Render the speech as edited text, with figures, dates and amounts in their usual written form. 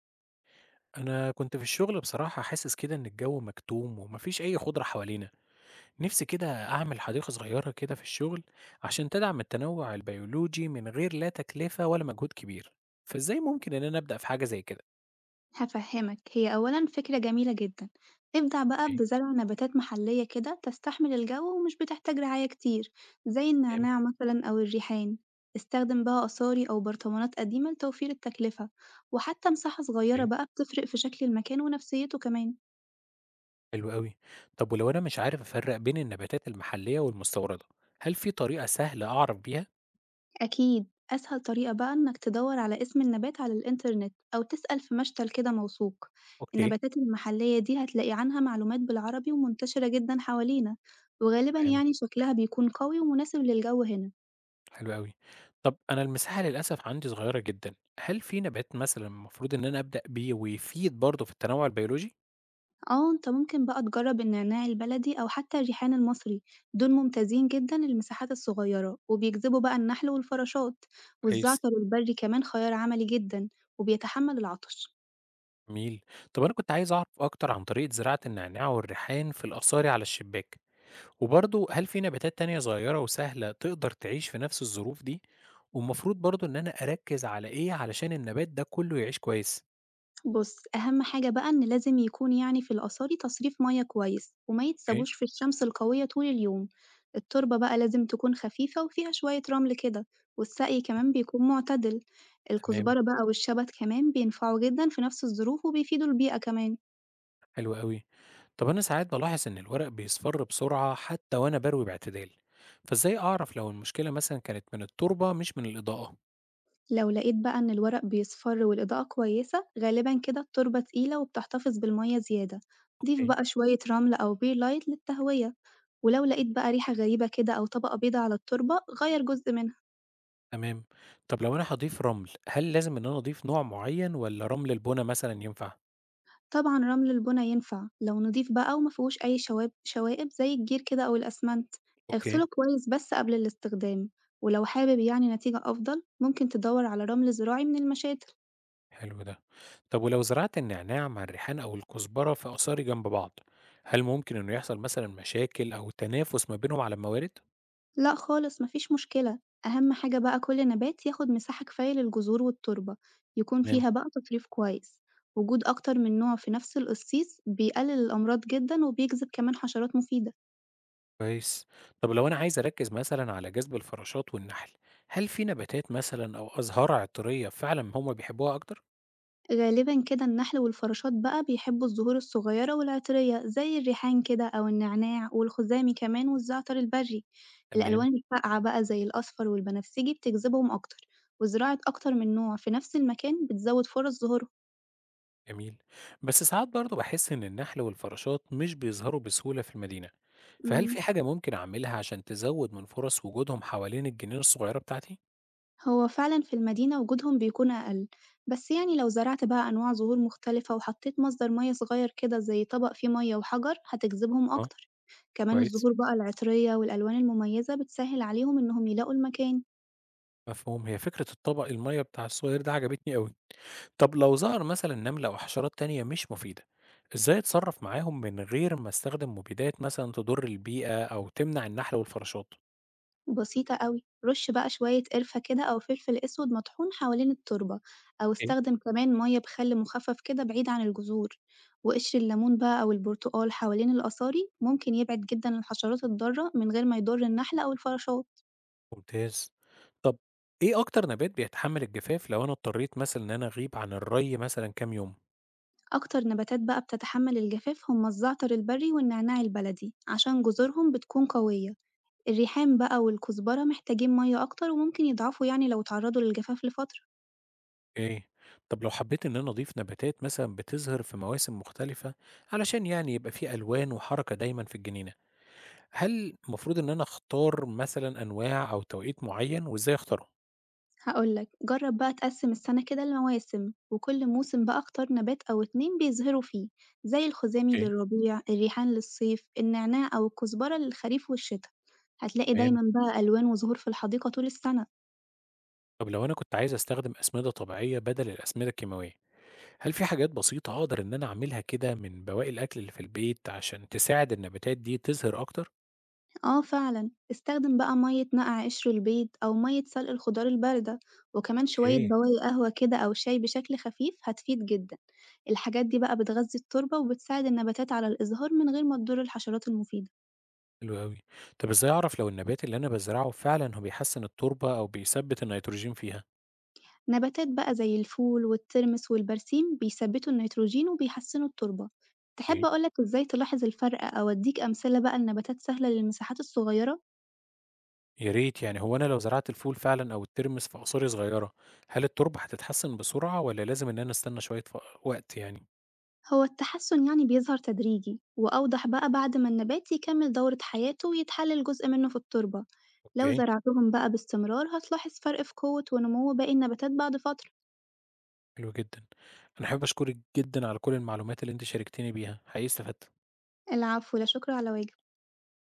أنا كنت في الشغل بصراحة حاسس كده إن الجو مكتوم ومفيش أي خضرة حوالينا، نفسي كده أعمل حديقة صغيرة كده في الشغل عشان تدعم التنوع البيولوجي من غير لا تكلفة ولا مجهود كبير، فإزاي ممكن إن أنا أبدأ في حاجة زي كده؟ هافهمك هي أولًا فكرة جميلة جدًا، ابدأ بقى ايه. بزرع نباتات محلية كده تستحمل الجو ومش بتحتاج رعاية كتير زي ايه. النعناع مثلًا أو الريحان، استخدم بقى قصاري أو برطمانات قديمة لتوفير التكلفة، وحتى مساحة صغيرة ايه. بقى بتفرق في شكل المكان ونفسيته كمان. حلو أوي، طب ولو أنا مش عارف أفرق بين النباتات المحلية والمستوردة، هل في طريقة سهلة أعرف بيها؟ أكيد أسهل طريقة بقى إنك تدور على اسم النبات على الإنترنت أو تسأل في مشتل كده موثوق. اوكي. النباتات المحلية دي هتلاقي عنها معلومات بالعربي ومنتشرة جدا حوالينا، وغالبا تمام. يعني شكلها بيكون قوي ومناسب للجو هنا. حلو أوي، طب أنا المساحة للأسف عندي صغيرة جدا، هل في نبات مثلا المفروض إن أنا أبدأ بيه ويفيد برضه في التنوع البيولوجي؟ اه انت ممكن بقى تجرب النعناع البلدي أو حتى الريحان المصري، دول ممتازين جدا للمساحات الصغيرة وبيجذبوا بقى النحل والفراشات، كويس، والزعتر البري كمان خيار عملي جدا وبيتحمل العطش. جميل. طب أنا كنت عايز أعرف أكتر عن طريقة زراعة النعناع والريحان في الأصاري على الشباك، وبرضه هل في نباتات تانية صغيرة وسهلة تقدر تعيش في نفس الظروف دي؟ والمفروض برضه إن أنا أركز على إيه علشان النبات ده كله يعيش كويس؟ بُص، أهم حاجة بقى إن لازم يكون يعني في القصاري تصريف مَيّة كويس، وما أوكي، يتسابوش في الشمس القوية طول اليوم، التربة بقى لازم تكون خفيفة وفيها شوية رمل كده، والسقي كمان بيكون معتدل، تمام، الكزبرة بقى والشبت كمان بينفعوا جدًا في نفس الظروف وبيفيدوا البيئة كمان. حلو أوي. طب أنا ساعات بلاحظ إن الورق بيصفر بسرعة حتى وأنا بروي باعتدال، فإزاي أعرف لو المشكلة مثلا كانت من التربة مش من الإضاءة؟ لو لقيت بقى إن الورق بيصفر والإضاءة كويسة غالبًا كده التربة تقيلة وبتحتفظ بالمَيّة زيادة، ضيف أوكي. بقى شوية رمل أو بير لايت للتهوية، ولو لقيت بقى ريحة غريبة كده أو طبقة بيضا على التربة غيّر جزء منها. تمام. طب لو أنا هاضيف رمل، هل لازم إن أنا أضيف نوع معين والّا رمل البونة مثلًا ينفع؟ طبعًا رمل البنا ينفع، لو نضيف بقى وما فيهوش أي شوائب زي الجير كده أو الأسمنت، أوكي، اغسله كويس بس قبل الاستخدام، ولو حابب يعني نتيجة أفضل ممكن تدوّر على رمل زراعي من المشاتل. حلو ده. طب ولو زرعت النعناع مع الريحان أو الكزبرة في آثاري جنب بعض، هل ممكن إنه يحصل مثلًا مشاكل أو تنافس ما بينهم على الموارد؟ لأ خالص ما فيش مشكلة، أهم حاجة بقى كل نبات ياخد مساحة كفاية للجذور والتربة، يكون تمام، فيها بقى تطريف كويس، وجود أكتر من نوع في نفس القصيص بيقلل الأمراض جدًا وبيجذب كمان حشرات مفيدة. كويس. طب لو أنا عايز أركّز مثلًا على جذب الفراشات والنحل، هل في نباتات مثلًا أو أزهار عطرية فعلًا هُم بيحبوها أكتر؟ غالبًا كده النحل والفراشات بقى بيحبوا الزهور الصغيرة والعطرية زي الريحان كده أو النعناع والخزامي كمان والزعتر البري، تمام. الألوان الفاقعة بقى زي الأصفر والبنفسجي بتجذبهم أكتر، وزراعة أكتر من نوع في نفس المكان بتزود فرص ظهورهم. جميل. بس ساعات برضه بحس إن النحل والفراشات مش بيظهروا بسهولة في المدينة، فهل امم، في حاجة ممكن أعملها عشان تزود من فرص وجودهم حوالين الجنينة الصغيرة بتاعتي؟ هو فعلًا في المدينة وجودهم بيكون أقل، بس يعني لو زرعت بقى أنواع زهور مختلفة وحطيت مصدر مية صغير كده زي طبق فيه مية وحجر هتجذبهم اه. أكتر، كمان كويس. الزهور بقى العطرية والألوان المميزة بتسهل عليهم إنهم يلاقوا المكان. مفهوم. هي فكرة الطبق المية بتاع الصغير ده عجبتني قوي. طب لو ظهر مثلا نملة أو حشرات تانية مش مفيدة، إزاي أتصرف معاهم من غير ما أستخدم مبيدات مثلا تضر البيئة أو تمنع النحل والفراشات؟ بسيطة أوي، رُش بقى شوية قرفة كده أو فلفل أسود مطحون حوالين التربة، أو ايه. استخدم كمان مَيّة بخل مخفف كده بعيد عن الجذور، وقشر الليمون بقى أو البرتقال حوالين الآثاري ممكن يبعد جدًا الحشرات الضارة من غير ما يضر النحل أو الفراشات. ممتاز. طب إيه أكتر نبات بيتحمل الجفاف لو أنا اضطريت مثلا إن أنا أغيب عن الري مثلا كام يوم؟ أكتر نباتات بقى بتتحمل الجفاف هما الزعتر البري والنعناع البلدي عشان جذورهم بتكون قوية، الريحان بقى والكزبرة محتاجين مَيّة أكتر وممكن يضعفوا يعني لو اتعرضوا للجفاف لفترة. أوكي. طب لو حبيت إن أنا أضيف نباتات مثلًا بتظهر في مواسم مختلفة علشان يعني يبقى في ألوان وحركة دايمًا في الجنينة، هل المفروض إن أنا أختار مثلًا أنواع أو توقيت معين وإزاي أختاره؟ هاقول لك، جرّب بقى تقسّم السنة كده لمواسم، وكل موسم بقى اختار نبات أو 2 بيظهروا فيه، زي الخزامي اوكي. للربيع، الريحان للصيف، النعناع أو الكزبرة للخريف والشتا. هتلاقي تمام. دايمًا بقى ألوان وزهور في الحديقة طول السنة. طب لو أنا كنت عايز أستخدم أسمدة طبيعية بدل الأسمدة الكيماوية، هل في حاجات بسيطة أقدر إن أنا أعملها كده من بواقي الأكل اللي في البيت عشان تساعد النباتات دي تظهر أكتر؟ آه فعلًا، استخدم بقى مَيّة نقع قشر البيض أو مَيّة سلق الخضار الباردة، وكمان شوية اوكي. بواقي قهوة كده أو شاي بشكل خفيف هتفيد جدًا. الحاجات دي بقى بتغذي التربة وبتساعد النباتات على الإزهار من غير ما تضر الحشرات المفيدة. حلو أوي. طب إزاي أعرف لو النبات اللي أنا بازرعه فعلًا هو بيحسن التربة أو بيثبت النيتروجين فيها؟ نباتات بقى زي الفول والترمس والبرسيم بيثبتوا النيتروجين وبيحسنوا التربة. تحب اوكي، أقولك إزاي تلاحظ الفرق أو أديك أمثلة بقى لنباتات سهلة للمساحات الصغيرة؟ يا ريت. يعني هو أنا لو زرعت الفول فعلا أو الترمس في أقصاري صغيرة، هل التربة هتتحسن بسرعة ولا لازم إن أنا أستنى شوية وقت يعني؟ هو التحسن يعني بيظهر تدريجي وأوضح بقى بعد ما النبات يكمل دورة حياته ويتحلل جزء منه في التربة، لو أوكي. زرعتهم بقى باستمرار هتلاحظ فرق في قوة ونمو باقي النباتات بعد فترة. حلو جدا. أنا حابب أشكرك جدا على كل المعلومات اللي أنت شاركتني بيها، حقيقي استفدت. العفو لا شكر على واجب.